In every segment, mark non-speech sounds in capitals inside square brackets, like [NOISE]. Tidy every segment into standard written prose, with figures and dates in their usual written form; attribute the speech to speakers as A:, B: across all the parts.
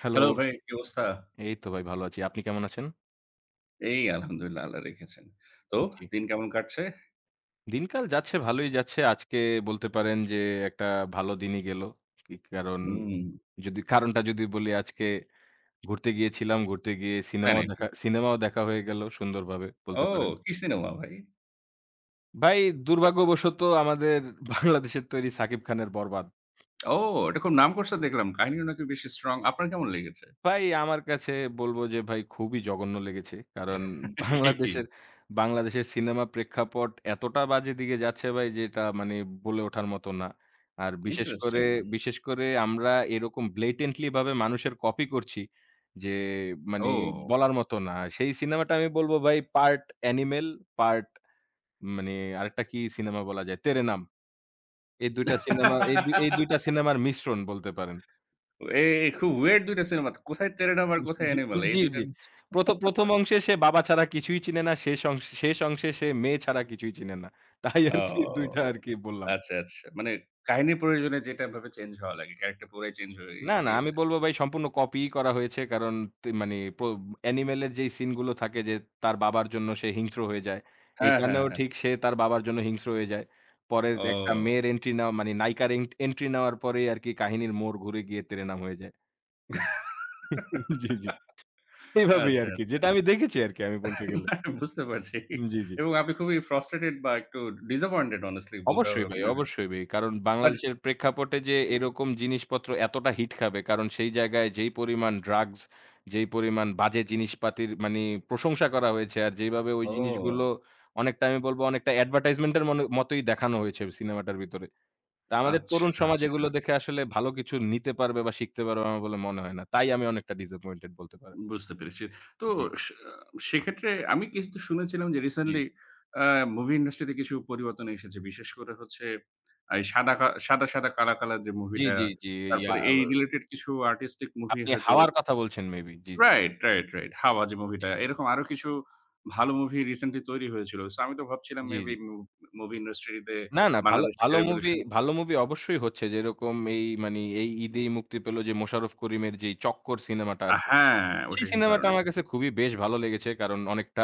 A: Hello,
B: hello ভাই, কি অবস্থা?
A: এই তো ভাই ভালো আছি। আপনি কেমন আছেন?
B: এই আলহামদুলিল্লাহ আল্লাহ রেখেছেন। তো
A: জি।
B: দিন কেমন কাটছে?
A: দিনকাল যাচ্ছে ভালোই যাচ্ছে। আজকে বলতে পারেন যে একটা ভালো দিনই গেল। কি কারণ
B: হুম,
A: যদি কারণটা যদি বলি আজকে ঘুরতে গিয়েছিলাম। ঘুরতে গিয়ে
B: তাই নাকি?
A: সিনেমাও দেখা হয়ে গেল সুন্দরভাবে বলতে
B: ও
A: পারেন।
B: কি সিনেমা ভাই?
A: ভাই দুর্ভাগ্যবশত আমাদের বাংলাদেশের তৈরি সাকিব খানের 'বরবাদ'।
B: ও এটা খুব নাম করছে দেখলাম। কাহিনীও নাকি বেশ স্ট্রং। আপনার কেমন লেগেছে?
A: ভাই আমার কাছে বলবো যে ভাই খুবই জঘন্য লেগেছে। কারণ
B: সে কি?
A: বাংলাদেশের, বাংলাদেশের সিনেমা প্রেক্ষাপট এতটা বাজে দিকে যাচ্ছে ভাই যেটা মানে বলে ওঠার মতো না। আর
B: ইন্টারেস্টিং।
A: বিশেষ করে আমরা এরকম blatantly ভাবে মানুষের কপি করছি যে মানে
B: ও
A: বলার মতো না। সেই সিনেমাটা আমি বলব ভাই পার্ট অ্যানিমেল, পার্ট মানে আরেকটা কি সিনেমা বলা যায়? তেরে নাম। এই 2 টা সিনেমা এই দু এই 2 টা
B: [LAUGHS]
A: সিনেমার মিশ্রণ বলতে পারেন।
B: এ খুব ওয়েয়ার্ড দুটো টা সিনেমা। কোথায় 'তেরে নাম' আর কোথায়
A: জি,
B: 'অ্যানিমাল' এই ২
A: জি।
B: টার?
A: ১ম অংশে সে বাবা ছাড়া কিছুই চিনে না। শেষ অংশে সে মেয়ে ছাড়া কিছুই চিনে না। তাই আরকি 2 টা
B: ও
A: আরকি বললাম।
B: আচ্ছা, আচ্ছা। মানে কাহিনীর প্রয়োজনে যেটা ভাবে চেঞ্জ হওয়া লাগে। ক্যারেক্টার পুরাই চেঞ্জ হয়ে
A: না, আমি
B: গিয়েছে।
A: বলব ভাই সম্পূর্ণ কপিই করা হয়েছে। কারণ তে মানে প্র অ্যানিমেল এর যেই সিন গুলো থাকে যে তার বাবার জন্য সে হিংস্র হয়ে যায়।
B: হ্যাঁ, হ্যাঁ,
A: এখানেও
B: হ্যাঁ।
A: ঠিক সে তার বাবার জন্য হিংস্র হয়ে যায়। পরে একটা
B: ও
A: মেয়ের এন্ট্রি নেওয়া মানে নায়িকার এন্ট্রি নেওয়ার পরেই আরকি কাহিনীর মোড় ঘুরে গিয়ে তেরে নাম হয়ে যায়। [LAUGHS] জি। এভাবেই
B: আচ্ছা,
A: আরকি।
B: আচ্ছা।
A: যেটা আমি দেখেছি আরকি আমি বলতে গেলে।
B: [LAUGHS] বুঝতে পারছি।
A: জি।
B: এবং আপনি খুবই ফ্রাস্ট্রেটেড বা একটু ডিসঅ্যাপয়েন্টেড honestly বলতে হবে
A: অবশ্যই ভাই,
B: আপনাকে।
A: অবশ্যই ভাই। কারণ
B: বাট
A: বাংলাদেশের প্রেক্ষাপটে যে এরকম জিনিসপত্র এতটা হিট খাবে কারণ সেই জায়গায় যেই পরিমাণ ড্রাগস, যেই পরিমাণ বাজে জিনিসপাতির মানি প্রশংসা করা হয়েছে আর যেইভাবে ওই জিনিসগুলো
B: ও
A: অনেকটা আমি বলব অনেকটা অ্যাডভার্টাইজমেন্ট এর মন মতোই দেখানো হয়েছে সিনেমাটার ভিতরে। তো আমাদের
B: আচ্ছা,
A: তরুণ সমাজ
B: আচ্ছা।
A: এগুলো দেখে আসলে ভালো কিছু নিতে পারবে বা শিখতে পারবে আমার বলে মনে হয় না। তাই আমি অনেকটা ডিসঅ্যাপয়েন্টেড বলতে পারেন।
B: বুঝতে পেরেছি। তো
A: জি,
B: সে সেক্ষেত্রে আমি কিন্তু শুনেছিলাম যে
A: জি।
B: রিসেন্টলি আ মুভি ইন্ডাস্ট্রিতে কিছু পরিবর্তন এসেছে। বিশেষ করে হচ্ছে এই সাদা কা সাদা, সাদা কালা, কালা যে মুভিটা,
A: জি। ইয়া
B: তারপরে এই রিলেটেড কিছু আর্টিস্টিক মুভি
A: আপনি
B: হয়তো।
A: হাওয়ার কথা বলছেন মেবি।
B: Right, right, right. 'হাওয়া' যে মুভিটা
A: জি।
B: এরকম আরো কিছু ভালো মুভি রিসেন্টলি তৈরি হয়েছিল। সো আমি তো ভাবছিলাম মেবি
A: জি।
B: মুভি ইন্ডাস্ট্রিতে
A: না, না
B: বাংলাদেশ একটা
A: ভালো মুভি
B: রেভলিউশন।
A: ভালো মুভি অবশ্যই হচ্ছে। যেরকম এই মানি এই ঈদেই মুক্তি পেল যে 'মোশাররফ করিমের' যেই 'চক্কর' সিনেমাটা
B: আ
A: আছে।
B: হ্যাঁ, ওটা
A: সেই
B: কিন্তু
A: সিনেমাটা
B: দারুণ
A: আমার
B: একটা।
A: কাছে খুবই বেশ ভালো লেগেছে। কারণ অনেকটা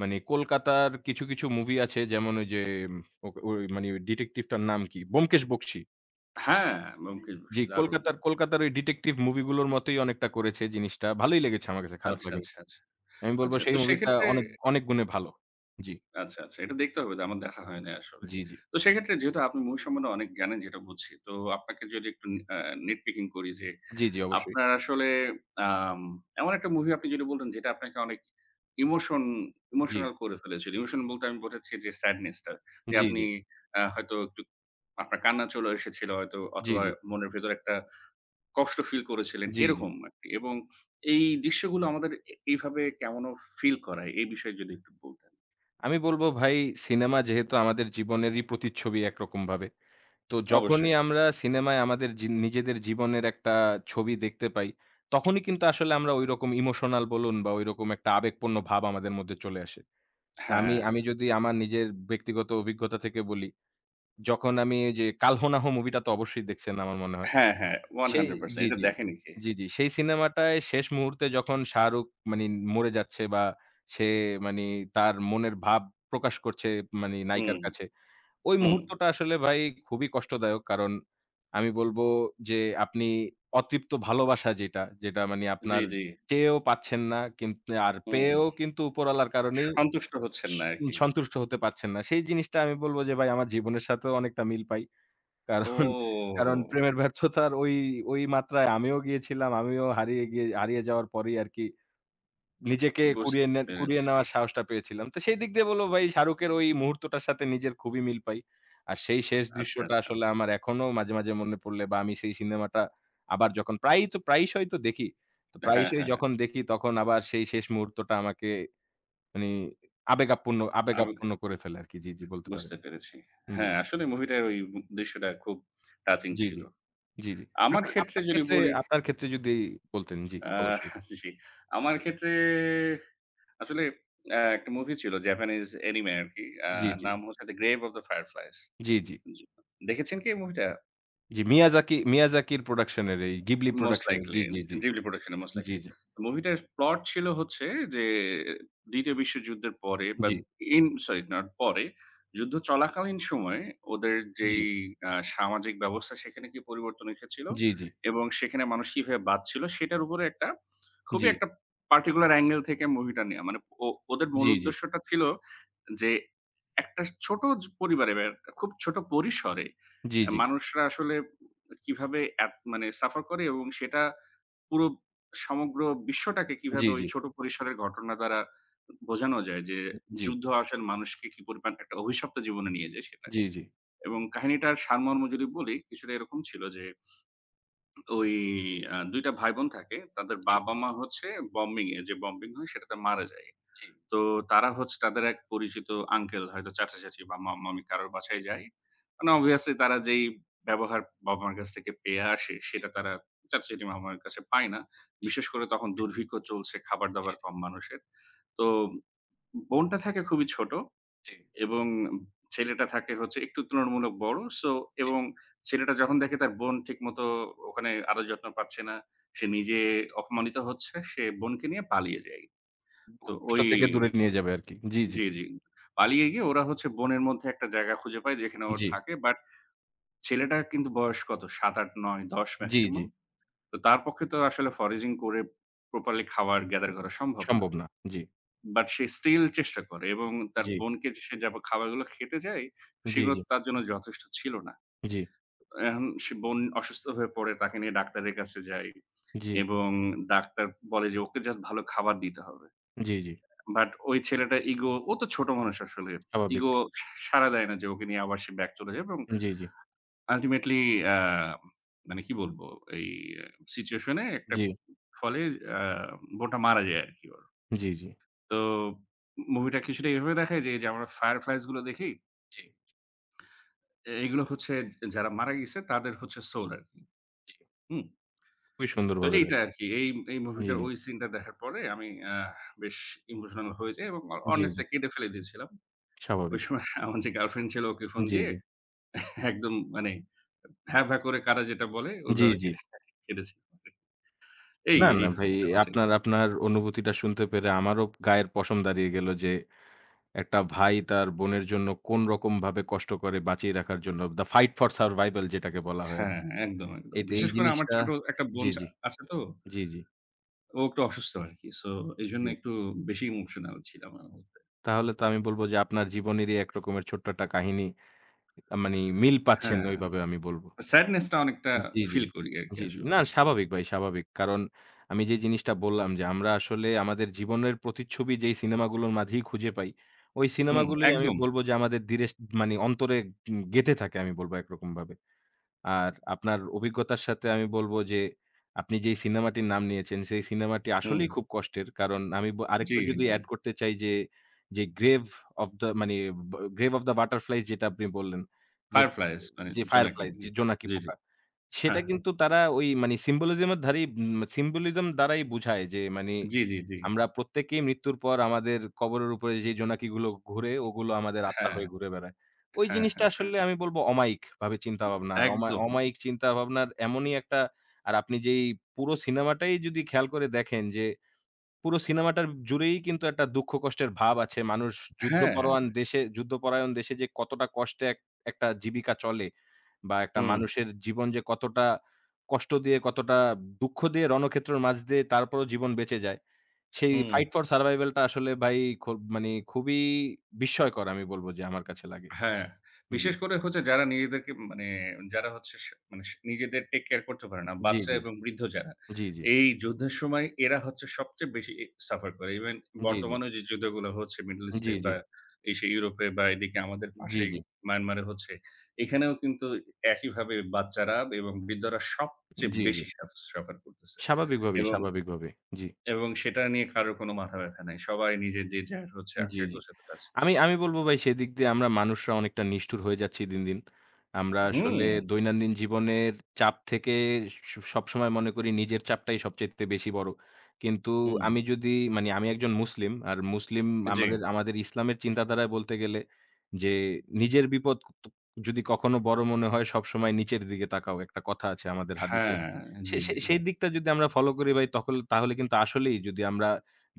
A: মানে কলকাতার কিছু মুভি আছে যেমন ওই যে ওই মানে ডিটেকটিভটার নাম কি? 'ব্যোমকেশ বক্সী'।
B: হ্যাঁ, 'ব্যোমকেশ
A: জি,
B: বক্সী' দারুণ।
A: কলকাতার কলকাতার ওই ডিটেকটিভ মুভিগুলোর মতোই অনেকটা করেছে জিনিসটা। ভালোই লেগেছে আমার কাছে, খারাপ
B: আচ্ছা,
A: লাগেনি।
B: আচ্ছা, আচ্ছা।
A: আমি বলব
B: আচ্ছা
A: সেই
B: তো
A: মুভিটা
B: সেক্ষেত্রে
A: অনেক গুণে ভালো। জি,
B: আচ্ছা, আচ্ছা। এটা দেখতে হবে। আমার দেখা হয় নাই আসলে।
A: জি।
B: তো সেক্ষেত্রে যেহেতু আপনি মুভি সম্বন্ধে অনেক জ্ঞানেন যেটা বুঝছি। তো আপনাকে যদি একটু নি আ নিট পিকিং করি যে
A: জি অবশ্যই।
B: আপনার আসলে আম এমন একটা মুভি আপনি যদি বলতেন যেটা আপনাকে অনেক ইমোশন
A: জি,
B: ইমোশনাল করে ফেলেছিল। ইমোশন বলতে আমি বোঝাচ্ছি যে স্যাডনেস টা। যে আপনি
A: জি।
B: হয়তো একটু আপনার কান্না চলে এসেছিল হয়তো অথবা
A: জি।
B: মনের ভেতরে একটা কষ্ট ফিল করেছিলেন
A: জি।
B: এরকম আরকি। এবং এই দৃশ্যগুলো আমাদের এইভাবে কেমন ফিল করায় এই বিষয়ে যদি একটু বলতেন।
A: আমি বলব ভাই সিনেমা যেহেতু আমাদের জীবনেরই প্রতিচ্ছবি একরকমভাবে। তো
B: অবশ্যই।
A: যখনই আমরা সিনেমায় আমাদের নিজেদের জীবনের একটা ছবি দেখতে পাই, তখনই কিন্তু আসলে আমরা ঐরকম ইমোশনাল বলুন বা ঐরকম একটা আবেগপূর্ণ ভাব আমাদের মধ্যে চলে আসে। তা আমি
B: হ্যাঁ,
A: আমি যদি আমার নিজের ব্যক্তিগত অভিজ্ঞতা থেকে বলি, যখন আমি এই যে 'কাল ho না ho' মুভিটা তো অবশ্যই দেখছেন আমার মনে হয়।
B: হ্যাঁ, হ্যাঁ,
A: সেই
B: 100% এটা
A: জি।
B: দেখেনি কে?
A: জি। সেই সিনেমাটায় শেষ মুহূর্তে যখন শাহরুখ মানি মরে যাচ্ছে বা সে মানি তার মনের ভাব প্রকাশ করছে মানি নায়িকার
B: হুম,
A: কাছে। ওই
B: হুম।
A: মুহূর্তটা আসলে ভাই খুবই কষ্টদায়ক। কারণ আমি বলব যে আপনি অতৃপ্ত ভালোবাসা যেটা মানি
B: জি,
A: আপনার
B: জি।
A: চেয়েও পাচ্ছেন না কিন্ত আর
B: হুম।
A: পেয়েও কিন্তু উপরওয়ালার কারণেই
B: সন্তুষ্ট হচ্ছেন
A: স
B: না আরকি।
A: সন্তুষ্ট হতে পারছেন না। সেই জিনিসটা আমি বলব যে ভাই আমার জীবনের সাথেও অনেকটা মিল পাই।
B: ও!
A: কারণ, কারণ প্রেমের ব্যর্থতার ওই মাত্রায় আমিও গিয়েছিলাম। আমিও হারিয়ে গিয়ে হারিয়ে যাওয়ার পরেই আরকি নিজেকে
B: বুঝতে
A: কুড়িয়ে
B: পেরেছি।
A: নেওয়ার সাহসটা পেয়েছিলাম। তো সেই দিক দিয়ে বলব ভাই শাহরুখের ওই মুহূর্তটার সাথে নিজের খুবই মিল পাই। আর সেই শেষ
B: আচ্ছা,
A: দৃশ্যটা
B: আচ্ছা।
A: আসলে আমার এখনো মাঝে মনে পড়লে বা আমি সেই সিনেমাটা আবার যখন প্রায়ই তো প্রায়শই তো দেখি। তো
B: হ্যাঁ,
A: প্রায়শই
B: হ্যাঁ।
A: যখন দেখি তখন আবার সেই শেষ মুহূর্তটা আমাকে মানে আবেগ
B: আমি
A: আপ্পন্ন করে ফেলে আরকি। জি বলতে পারেন।
B: বুঝতে পেরেছি।
A: জি।
B: হ্যাঁ, আসলে মুভিটার ওই দৃশ্যটা খুব টাচিং
A: জি।
B: ছিল।
A: জি।
B: আমার
A: আপনা
B: ক্ষেত্রে
A: আপনার
B: যদি
A: ক্ষেত্রে
B: বলি,
A: আপনার ক্ষেত্রে যদি বলতেন, জি,
B: আ
A: অবশ্যই।
B: জি, আমার ক্ষেত্রে আসলে একটা মুভি ছিল জাপানিজ অ্যানিমে আরকি।
A: জি, জি,
B: নাম হচ্ছে The Grave of the Fireflies।
A: জি, জি,
B: জি। দেখেছেন কি এই মুভিটা?
A: জি। মিয়াজাকির প্রোডাকশন এর এই গিবলি
B: মোস্ট
A: প্রোডাকশন এর
B: লিকলি
A: জি, জি,
B: জিবলি প্রোডাকশন এ মোস্ট
A: জি,
B: লিকলি।
A: জি,
B: মুভিটার প্লট ছিল হচ্ছে যে ২য় বিশ্বযুদ্ধের পরে বা
A: জি,
B: ইন সরি নট পরে, যুদ্ধ চলাকালীন সময়ে ওদের
A: জি,
B: যেই সামাজিক ব্যবস্থা সেখানে কি পরিবর্তন এসেছিল
A: জি, জি,
B: এবং সেখানে মানুষ কিভাবে বাঁচছিল সেটার উপরে একটা
A: জি,
B: খুবই একটা পার্টিকুলার অ্যাঙ্গেল থেকে মুভিটা নেয়া। মানে ও ওদের মূল
A: জি, জি,
B: উদ্দেশ্যটা ছিল যে একটা ছোট জ পরিবারে বা একটা খুব ছোট পরিসরে
A: জি, জি,
B: মানুষরা আসলে কিভাবে এত মানে সাফার করে এবং সেটা পুরো সমগ্র বিশ্বটাকে
A: জি, জি, জি,
B: কিভাবে ওই
A: জি, জি,
B: ছোট পরিসরের ঘটনা দ্বারা বোঝানো যায় যে যুদ্ধ আসলে মানুষকে কি পরিমাণ একটা অভিশপ্ত জীবনে নিয়ে যায় সেটা।
A: জি, জি,
B: এবং কাহিনীটার সারমর্ম যদি বলি কিছুটা এরকম ছিল যে ওই দুটো টা ভাইবোন থাকে। তাদের বাবা-মা হচ্ছে বম্বিং এ যে বম্বিং হয় সেটাতে মারা যায়। তো তারা হচ্ছে তাদের এক পরিচিত আঙ্কেল হয়তো চাচা-চাচী বা মাম্মা-মামি কারোর
A: জি, জি,
B: বাসায়
A: জি, জি, জি,
B: যায়। মানে obviously তারা যেই ব্যবহার বাবা-মার কাছ থেকে পেয়ে আসে সেটা তারা চাচা-চাচী, মামা-মামির কাছে পায় না। বিশেষ করে তখন দুর্ভিক্ষ চলছে,
A: জি,
B: খাবার-দাবার
A: জি,
B: কম মানুষের। তো বোনটা থাকে খুবই ছোট
A: জি,
B: এবং ছেলেটা থাকে হচ্ছে একটু তুলনামূলক বড়। সো
A: জি।
B: এবং ছেলেটা যখন দেখে তার বোন ঠিকমতো ওখানে আদর যত্ন পাচ্ছে না, সে নিজে অপমানিত হচ্ছে, সে বোনকে নিয়ে পালিয়ে যায়। তো ওই
A: দুঃখ-কষ্ট থেকে দূরে নিয়ে যাবে আরকি।
B: জি, জি। পালিয়ে গিয়ে ওরা হচ্ছে বনের মধ্যে একটা জায়গা খুঁজে পায় যেখানে ও
A: জি,
B: থাকে। বাট ছেলেটার কিন্তু বয়স কত? ৭, ৮, ৯, ১০
A: জি।
B: মেক্সিমাম। তো তার পক্ষে তো আসলে ফরেজিং করে প্রপারলি খাবার গ্যাদার করা সম্ভব না।
A: সম্ভব না। জি,
B: বাট সে স্টিল চেষ্টা করে এবং তার
A: জি,
B: বোনকে যে সে যাব খাবারগুলো খেতে যায়,
A: জি,
B: সেগুলো
A: জি,
B: তার জন্য যথেষ্ট ছিল না।
A: জি,
B: এখন সে বোন অসুস্থ হয়ে পড়ে, তাকে নিয়ে ডাক্তারের কাছে যায়
A: জি,
B: এবং ডাক্তার বলে যে ওকে জাস্ট ভালো খাবার দিতে হবে।
A: জি।
B: বাট ওই ছেলেটার ইগো, ও তো ছোট মানুষ আসলে।
A: স্বাভাবিক।
B: ইগো সাড়া দেয় না যে ওকে নিয়ে আবার সে ব্যাক চলে যাবে এবং
A: জি।
B: আল্টিমেটলি আ মানে কি বলবো? এই সিচুয়েশন এ একটা
A: জি,
B: ফলে আ বোনটা মারা যায় আরকি ওর।
A: জি, জি,
B: তো মুভিটা কিছুটা এভাবে দেখায় যে, এই যে আমরা ফায়ারফ্লাইজ গুলো দেখি,
A: জি,
B: এগুলো হচ্ছে যারা মারা গিয়েছে তাদের হচ্ছে সোল আরকি।
A: জি।
B: হুম?
A: খুবই
B: তো
A: সুন্দরভাবে
B: এইটা
A: দেখা
B: আরকি। এই এই
A: জি,
B: মুভিটার
A: জি,
B: ওই সিনটা দেখার পরে আমি বেশ ইমোশনাল হয়ে যাই এবং
A: জি।
B: অর্নেস্টটা কেটে ফেলে দিয়েছিলাম। ওই
A: স্বাভাবিক।
B: সময় আমার যে গার্লফ্রেন্ড ছিল ওকে ফোন
A: জি,
B: দিয়ে
A: জি,
B: একদম মানে ভ্যা, ভ্যা করে কারা যেটা বলে ওইভাবে
A: জি।
B: কেটেছে। এই,
A: না, না
B: এই
A: ভাই
B: হচ্ছে আলোচনা।
A: আপনার অনুভূতিটা শুনতে পেরে আমারও গায়ের পশম দাঁড়িয়ে গেল যে একটা ভাই তার বোনের জন্য কোন রকমভাবে কষ্ট করে বাঁচিয়ে রাখার জন্য the fight for survival যেটাকে বলা হয়
B: হ্যাঁ,
A: আরকি।
B: হ্যাঁ, একদম, একদম।
A: এই
B: বিশেষ করে আমার
A: জিনিসটা
B: ছোট একটা বোন
A: জি, জি,
B: আছে তো,
A: জি, জি,
B: ও একটু অসুস্থ আরকি। সো এজন্য
A: জি।
B: একটু বেশি ইমোশনাল ছিলাম আমি।
A: তাহলে তো আমি বলব যে আপনার জীবনেরই এক রকমের ছোট্ট একটা কাহিনী মানি মিল পাচ্ছেন
B: হ্যাঁ,
A: ওইভাবে আমি বলব।
B: স্যাডনেস টা অনেকটা
A: জি।
B: ফিল করি আরকি
A: জি।
B: আসলে।
A: না স্বাভাবিক ভাই স্বাভাবিক। কারণ আমি যে জিনিসটা বললাম যে আমরা আসলে আমাদের জীবনের প্রতিচ্ছবি যেই সিনেমাগুলোর মাঝেই খুঁজে পাই, ওই
B: হুম,
A: সিনেমাগুলোই আমি
B: একদম।
A: বলব যে আমাদের ধীরে মানে অন্তরে গেঁথে থাকে আমি বলব একরকমভাবে। আর আপনার অভিজ্ঞতার সাথে আমি বলব যে আপনি যেই সিনেমাটির নাম নিয়েছেন সেই সিনেমাটি
B: হুম,
A: আসলেই খুব কষ্টের। কারণ আমি
B: জি,
A: আরেকটু যদি
B: জি।
A: এড করতে চাই যে, যে of the' মানে 'Grave of the Butterflies' যেটা আপনি বললেন যে,
B: ফায়ারফ্লাইস মানে
A: যে
B: জোনাকি।
A: 'Fireflies' যে জোনাকি
B: জি, জি।
A: পোকা। সেটা
B: হ্যাঁ।
A: কিন্তু তারা ওই মানে symbolism এর ধারেই উম symbolism দ্বারাই বুঝায় যে মানে
B: জি, জি, জি।
A: আমরা প্রত্যেকেই মৃত্যুর পর আমাদের কবরের উপরে যে জোনাকিগুলো ঘুরে ওগুলো আমাদের আত্মা
B: হ্যাঁ,
A: হয়ে ঘুরে বেড়ায়। ওই
B: হ্যাঁ,
A: জিনিসটা
B: হ্যাঁ, হ্যাঁ।
A: আসলে আমি বলব অমায়িক ভাবে চিন্তাভাবনা। আর
B: একদম।
A: অমায়িক চিন্তাভাবনার এমনই একটা আর আপনি যেই পুরো সিনেমাটাই যদি খেয়াল করে দেখেন যে পুরো সিনেমাটার জুড়েই কিন্তু একটা দুঃখ কষ্টের ভাব আছে। মানুষ
B: হ্যাঁ।
A: যুদ্ধপরোয়ান দেশে যুদ্ধপরায়ণ দেশে যে কতটা কষ্টে একটা জীবিকা চলে বা একটা
B: হুম,
A: মানুষের জীবন যে কতটা কষ্ট দিয়ে, কতটা দুঃখ দিয়ে রণক্ষেত্রের মাঝ দিয়ে তারপরেও জীবন বেঁচে যায়। সেই
B: হুম।
A: ফাইট ফর সারভাইভাল টা আসলে ভাই খু মানে খুবই বিস্ময়কর আমি বলব যে আমার কাছে লাগে।
B: হ্যাঁ,
A: জি,
B: বিশেষ করে হচ্ছে যারা নিজেদেরকে মানে যারা হচ্ছে সে মানে সে নিজেদের টেক কেয়ার করতে পারে না,
A: জি, জি,
B: বাচ্চা
A: জি,
B: এবং বৃদ্ধ যারা।
A: জি, জি,
B: এই যুদ্ধের সময় এরা হচ্ছে সবচেয়ে বেশি সাফার করে। ইভেন
A: জি,
B: বর্তমানে যে যুদ্ধগুলো হচ্ছে মিডল
A: জি,
B: ইস্টে
A: জি,
B: বা এই সেই ইউরোপে বা এদিকে আমাদের
A: জি,
B: পাশেই
A: জি,
B: মায়ানমারে হচ্ছে। এখানেও কিন্তু একইভাবে বাচ্চারা এবং বৃদ্ধরা সবচেয়ে
A: জি, জি।
B: বেশি সাফার করতেছে। এবং
A: স্বাভাবিকভাবেই। জি।
B: এবং সেটা নিয়ে কারো কোনো মাথা ব্যাথা নাই। সবাই নিজের যে যার হচ্ছে আখের
A: জি।
B: গোছাতে ব্যস্ত।
A: আমি আমি বলব ভাই সেদিক দিয়ে আমরা মানুষরা অনেকটা নিষ্ঠুর হয়ে যাচ্ছি দিন। আমরা আসলে
B: হুম,
A: দৈনন্দিন জীবনের চাপ থেকে সবসময় মনে করি নিজের চাপটাই সবচাইতে বেশি বড়। কিন্তু
B: হুম।
A: আমি যদি মানে আমি একজন মুসলিম। আর মুসলিম
B: জি।
A: আমাদের আমাদের ইসলামের চিন্তাধারায় বলতে গেলে যে নিজের বিপদ ক তু যদি কখনো বড় মনে হয় সবসময় নিচের দিকে তাকাও। একটা কথা আছে আমাদের হাদিসে।
B: হ্যাঁ,
A: সে
B: জি,
A: সে
B: জি।
A: সেই দিকটা যদি আমরা ফলো করি ভাই তখন তাহলে কিন্তু আসলেই যদি আমরা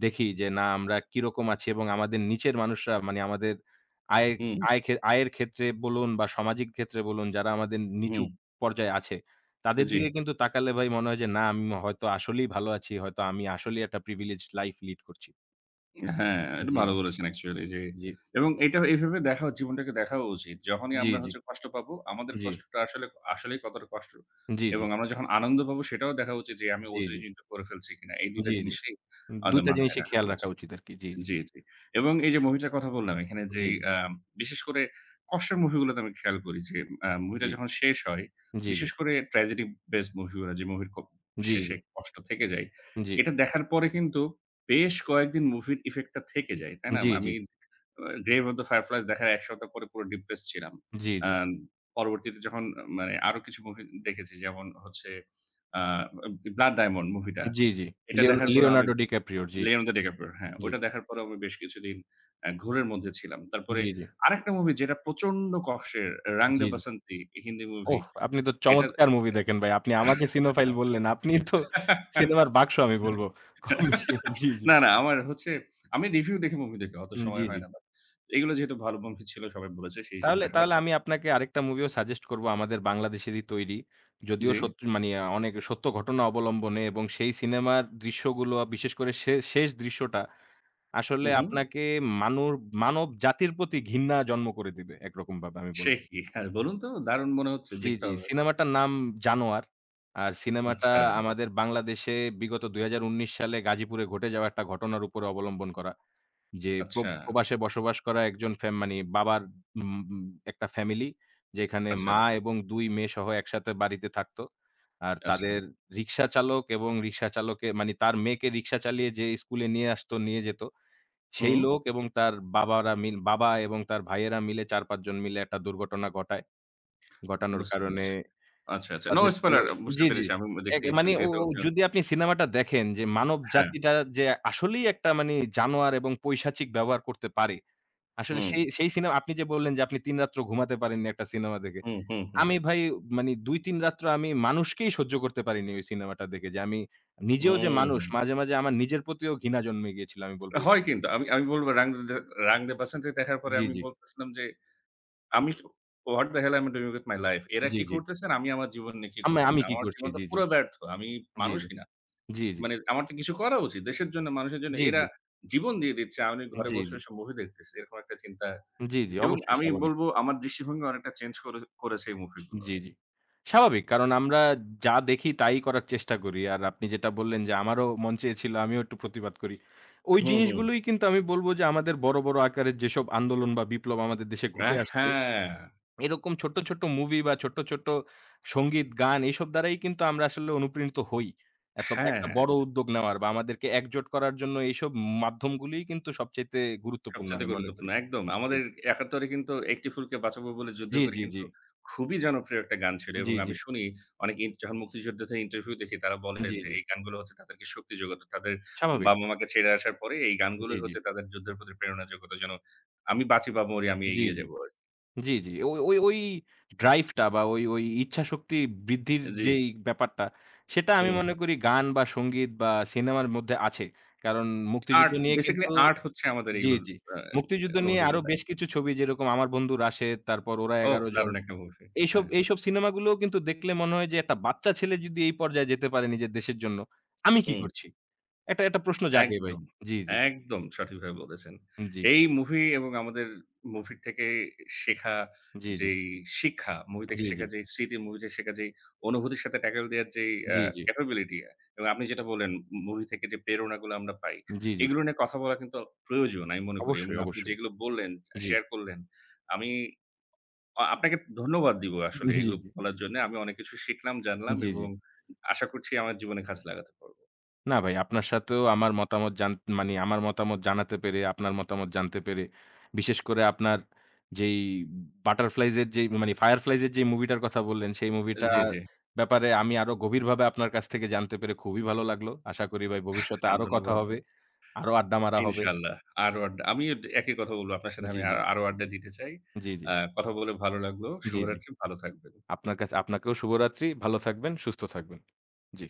A: দেখি যে না আমরা কিরকম আছি এবং আমাদের নিচের মানুষরা মানে আমাদের আয়
B: হুম,
A: আয় খে আয়ের ক্ষেত্রে বলুন বা সামাজিক ক্ষেত্রে বলুন যারা আমাদের নিচু
B: হুম,
A: পর্যায়ে আছে, তাদের
B: জি।
A: দিকে কিন্তু তাকালে ভাই মনে হয় যে না আমি হয়তো আসলেই ভালো আছি। হয়তো আমি আসলেই একটা প্রিভিলেজড লাইফ লিড করছি।
B: হ্যাঁ,
A: জি,
B: এটা ভালো
A: জি,
B: বলেছেন অ্যাকচুয়ালি যে
A: জি,
B: এবং এটা এভাবে দেখা, জীবনটাকে দেখাও উচিত। যখনই
A: জি,
B: আমরা
A: জি,
B: হচ্ছে কষ্ট পাবো, আমাদের
A: জি, জি,
B: কষ্টটা আসলে আসলেই কতটা কষ্ট,
A: জি,
B: এবং আমরা যখন আনন্দ পাবো সেটাও দেখা উচিত যে আমি
A: জি,
B: অতিরঞ্জিত করে ফেলছি কিনা। এই দুটো
A: জি,
B: টা
A: জি।
B: জিনিসই
A: 2
B: আমাদের
A: টা
B: মাথায়
A: জিনিসই
B: রাখা
A: খেয়াল রাখা
B: উচিত।
A: উচিত আরকি। জি, জি,
B: জি, জি। এবং এই যে মুভিটার কথা বললাম, এখানে
A: জি,
B: যেই বিশেষ করে কষ্টের মুভিগুলোতে আমি খেয়াল করি যে মুভিটা
A: জি,
B: যখন শেষ হয়,
A: জি, জি, জি,
B: বিশেষ করে ট্র্যাজেডি বেসড মুভিগুলা, যে মুভির ক
A: জি, জি,
B: শেষে কষ্ট থেকে যায়।
A: জি,
B: এটা দেখার পরে কিন্তু বেশ কয়েকদিন মুভির ইফেক্ট টা থেকে যায়। তাই না?
A: জি,
B: আমি 'গ্রেভ অফ দ্য ফায়ারফ্লাইজ' দেখার ১ সপ্তাহ পরে পুরো ডিপ্রেসড ছিলাম।
A: জি,
B: আ পরবর্তীতে যখন মানে আরো কিছু মুভি দেখেছি যেমন হচ্ছে আ 'ব্লাড ডায়মন্ড' মুভিটা।
A: জি, জি,
B: এটা
A: লিওন
B: দেখার পরেও আমি,
A: লিওনার্দো ডিক্যাপ্রিওর
B: লিওনার্দো ডিক্যাপ্রিওর, হ্যাঁ,
A: জি।
B: ওটা দেখার পরেও আমি বেশ কিছুদিন ঘোরের মধ্যে ছিলাম। তারপরে
A: জি, জি,
B: আরেকটা মুভি যেটা প্রচন্ড কষ্টের, 'রং দে
A: জি।
B: বাসন্তী' হিন্দি মুভি।
A: ওহ! আপনি তো
B: এটা
A: চমৎকার মুভি দেখেন ভাই। আপনি আমাকে সিনোফাইল বললেন। আপনি তো সিনেমার
B: [LAUGHS]
A: বাকসু আমি বলব। কম বেশি জি।
B: না, না আমার হচ্ছে আমি রিভিউ দেখে মুভি দেখি, অত সময়
A: জি।
B: হয় না, বাট এগুলো যেহেতু ভালো মুভি ছিল সবাই বলেছে সেই হিসেবে
A: তাহলে
B: দেখা, বাট
A: তাহলে আমি আপনাকে আরেকটা মুভিও সাজেস্ট করব আমাদের বাংলাদেশেরই তৈরি। যদিও
B: জি,
A: সত্য মানে অনেক সত্য ঘটনা অবলম্বনে এবং সেই সিনেমার দৃশ্যগুলো বিশেষ করে শেষ দৃশ্যটা
B: হু,
A: আসলে
B: হু।
A: আপনাকে মানুর মানব জাতির প্রতি ঘৃণা জন্ম করে দিবে একরকমভাবে আমি
B: সে
A: বলব।
B: কি? হ্যাঁ, বলুন তো, দারুণ মনে হচ্ছে, দেখতে
A: জি।
B: হবে।
A: সিনেমাটার নাম 'জানোয়ার'। আর সিনেমাটা
B: আচ্ছা,
A: আমাদের বাংলাদেশে বিগত 2019 সালে গাজীপুরে ঘটে যাওয়া একটা ঘটনার উপরে অবলম্বন করা। যে
B: আচ্ছা,
A: প্রবাসে বসবাস করা একজন ফ্যাম মানে বাবার উম একটা ফ্যামিলি যেখানে
B: আচ্ছা,
A: মা
B: আচ্ছা,
A: এবং 2 মেয়েসহ একসাথে বাড়িতে থাকতো। আর
B: আচ্ছা।
A: তাদের রিক্সা চালক এবং রিক্সা চালকে মানে তার মেয়েকে রিক্সা চালিয়ে যে স্কুলে নিয়ে আসতো, নিয়ে যেত, সেই
B: হুম।
A: লোক এবং তার বাবারা মিল বাবা এবং তার ভাইয়েরা মিলে 4-5 জন মিলে একটা দুর্ঘটনা ঘটায়। ঘটানোর
B: বুঝতে
A: কারণে
B: পেরেছি। আচ্ছা, আচ্ছা। নো
A: তাদের পুরো
B: স্পয়লার, বুঝতে
A: জি।
B: পেরেছি। আমি
A: এক
B: দেখতে
A: মানে
B: ইচ্ছুক
A: ও
B: যেহেতু
A: ও
B: আপনি।
A: যদি আপনি সিনেমাটা দেখেন যে মানব
B: হ্যাঁ,
A: জাতিটা যে আসলেই একটা মানে জানোয়ার এবং পৈশাচিক ব্যবহার করতে পারে। আসলে
B: হুম,
A: সেই সেই সিনেমা আপনি যে বললেন যে আপনি 3 রাত্র ঘুমাতে পারেননি একটা সিনেমা দেখে।
B: হুম, হুম, হুম,
A: আমি ভাই মানে 2-3 রাত্র আমি মানুষকেই সহ্য করতে পারিনি ওই সিনেমাটা দেখে। যে আমি নিজেও যে
B: হুম।
A: মানুষ মাঝে আমার নিজের প্রতিও ঘৃণা জন্মে গিয়েছিল আমি বলব ওই
B: হয় কিন্তু।
A: সিনেমাটা
B: আমি
A: দেখে।
B: আমি বলব Rang the Basanti" দেখার পরে
A: জি,
B: আমি
A: জি,
B: বলতেছিলাম যে, "আমি what the hell am I doing with my life?" এরা কি
A: জি।
B: করতেছে আর আমি আমার জীবন নিয়ে কি
A: আমি
B: করতেছি?
A: আমি কি
B: আমার
A: করছি?
B: জীবন তো
A: জি, জি,
B: পুরো ব্যর্থ। আমি
A: জি,
B: মানুষই না।
A: জি, জি,
B: মানে আমার তো কিছু করা উচিত। দেশের জন্য, মানুষের জন্য
A: জি,
B: এরা
A: জি,
B: জীবন দিয়ে দিচ্ছে। আমি ঘরে
A: জি,
B: বসে,
A: জি,
B: বসে মুভি দেখতেছি। এরকম একটা চিন্তা,
A: জি, জি,
B: এবং
A: অবশ্যই
B: আমি
A: স্বাভাবিক।
B: বলব আমার দৃষ্টিভঙ্গি অনেকটা চেঞ্জ করে করেছে এই মুভি গুলো।
A: জি। স্বাভাবিক। কারণ আমরা যা দেখি তাই করার চেষ্টা করি। আর আপনি যেটা বললেন যে আমারও মন চেয়েছিল আমিও একটু প্রতিবাদ করি। ওই
B: হুম, হুম।
A: জিনিসগুলোই কিন্তু আমি বলব যে আমাদের বড় আকারের যেসব আন্দোলন বা বিপ্লব আমাদের দেশে
B: আ
A: ঘটে আসছে,
B: হ্যাঁ,
A: এরকম ছোট্ট মুভি বা ছোট্ট সংগীত, গান এইসব দ্বারাই কিন্তু আমরা আসলে অনুপ্রাণিত হই। এত একটা
B: হ্যাঁ,
A: বড় উদ্যোগ নেওয়ার বা আমাদেরকে একজোট করার জন্য এইসব মাধ্যমগুলোই কিন্তু সবচাইতে গুরুত্বপূর্ণ
B: সবচাইতে
A: আমি মনে করি।
B: গুরুত্বপূর্ণ। একদম।
A: জি,
B: আমাদের ৭১ এ কিন্তু "একটি ফুলকে বাঁচাবো বলে যুদ্ধ
A: জি,
B: করি"
A: জি, জি,
B: কিন্তু খুবই জনপ্রিয় একটা গান ছিল,
A: জি,
B: এবং
A: জি,
B: আমি শুনি অনেক, যখন মুক্তিযোদ্ধাদের ইন্টারভিউ দেখি, তারা
A: জি,
B: বলেন
A: জি,
B: যে
A: জি
B: এই গানগুলো হচ্ছে তাদেরকে শক্তি জোগাতো। তাদের
A: স্বাভাবিক।
B: বাবা-মাকে ছেড়ে আসার পরে এই
A: জি,
B: গানগুলোই
A: জি,
B: হচ্ছে তাদের যুদ্ধের প্রতি প্রেরণা জোগাতো, যেন আমি বাঁচি বা মরি আমি এগিয়ে
A: জি।
B: যাবো আরকি।
A: জি। ওই ওই ওই ড্রাইভ টা বা ওই ওই ইচ্ছাশক্তি বৃদ্ধির
B: জি,
A: যেই ব্যাপারটা, সেটা আমি
B: হুম।
A: মনে করি গান বা সঙ্গীত বা সিনেমার মধ্যে আছে। কারণ মুক্তিযুদ্ধ
B: আর্ট,
A: নিয়ে কিন্তু
B: বেসিক্যালি আর্ট হচ্ছে আমাদের এগুলো
A: জি।
B: আ
A: মুক্তিযুদ্ধ নিয়ে
B: অনুভূতিগুলো
A: আরো
B: দেয়।
A: বেশ কিছু ছবি যেরকম 'আমার বন্ধু রাশেদ' তারপর 'ওরা
B: ওহ!
A: 11 জন'
B: দারুণ একটা মুভি।
A: এইসব
B: হ্যাঁ,
A: এইসব সিনেমাগুলোও কিন্তু দেখলে মনে হয় যে, একটা বাচ্চা ছেলে যদি এই পর্যায়ে যেতে পারে নিজের দেশের জন্য, আমি কি
B: হুম।
A: করছি? একটা একটা প্রশ্ন জাগে ভাই।
B: একদম,
A: জি, জি,
B: একদম সঠিকভাবে বলেছেন।
A: জি,
B: এই মুভি, এবং আমাদের মুভির থেকে শেখা
A: জি, জি,
B: যেই শিক্ষা, মুভি থেকে
A: জি, জি,
B: শেখা যেই স্মৃতি, মুভি থেকে শেখা যেই অনুভূতির সাথে ট্যাকল দেওয়ার যেই
A: জি, জি,
B: ক্যাপাবিলিটি, এবং আপনি যেটা বললেন মুভি থেকে যে প্রেরণাগুলো আমরা পাই,
A: জি, জি।
B: এগুলো নিয়ে কথা বলা কিন্তু প্রয়োজন আমি মনে করি, এবং
A: অবশ্যই,
B: আপনি
A: অবশ্যই।
B: যেগুলো বললেন,
A: জি,
B: শেয়ার করলেন, আমি আপনাকে ধন্যবাদ দিব আসলে এগুলো
A: জি।
B: বলার জন্যে। আমি অনেক কিছু শিখলাম, জানলাম,
A: জি।
B: এবং আশা করছি আমার জীবনে কাজে লাগাতে পারব।
A: না ভাই আপনার সাথেও আমার মতামত জানাতে পেরে, আপনার মতামত জানতে পেরে, বিশেষ করে আপনার যেই Butterflies এর যেই মানি Fireflies এর যেই মুভিটার কথা বললেন, সেই মুভিটার
B: জি, জি।
A: ব্যাপারে আমি আরো গভীরভাবে আপনার কাছ থেকে জানতে পেরে খুবই ভালো লাগলো। আশা করি ভাই ভবিষ্যতে
B: হ্যাঁ,
A: আরো কথা
B: ধন্যবাদ।
A: হবে, আরো আড্ডা মারা হবে।
B: ইনশাআল্লাহ। আরওয়াড আমিও একই কথা বলব। আপনার সাথে
A: জি,
B: আমি
A: জি,
B: আরও আড্ডা দিতে চাই।
A: জি, জি,
B: কথা বলে ভালো লাগলো।
A: জি।
B: শুভরাত্রি, ভালো থাকবেন।
A: আপনার কাছে আপনাকেও শুভরাত্রি। ভালো থাকবেন, সুস্থ থাকবেন। জি।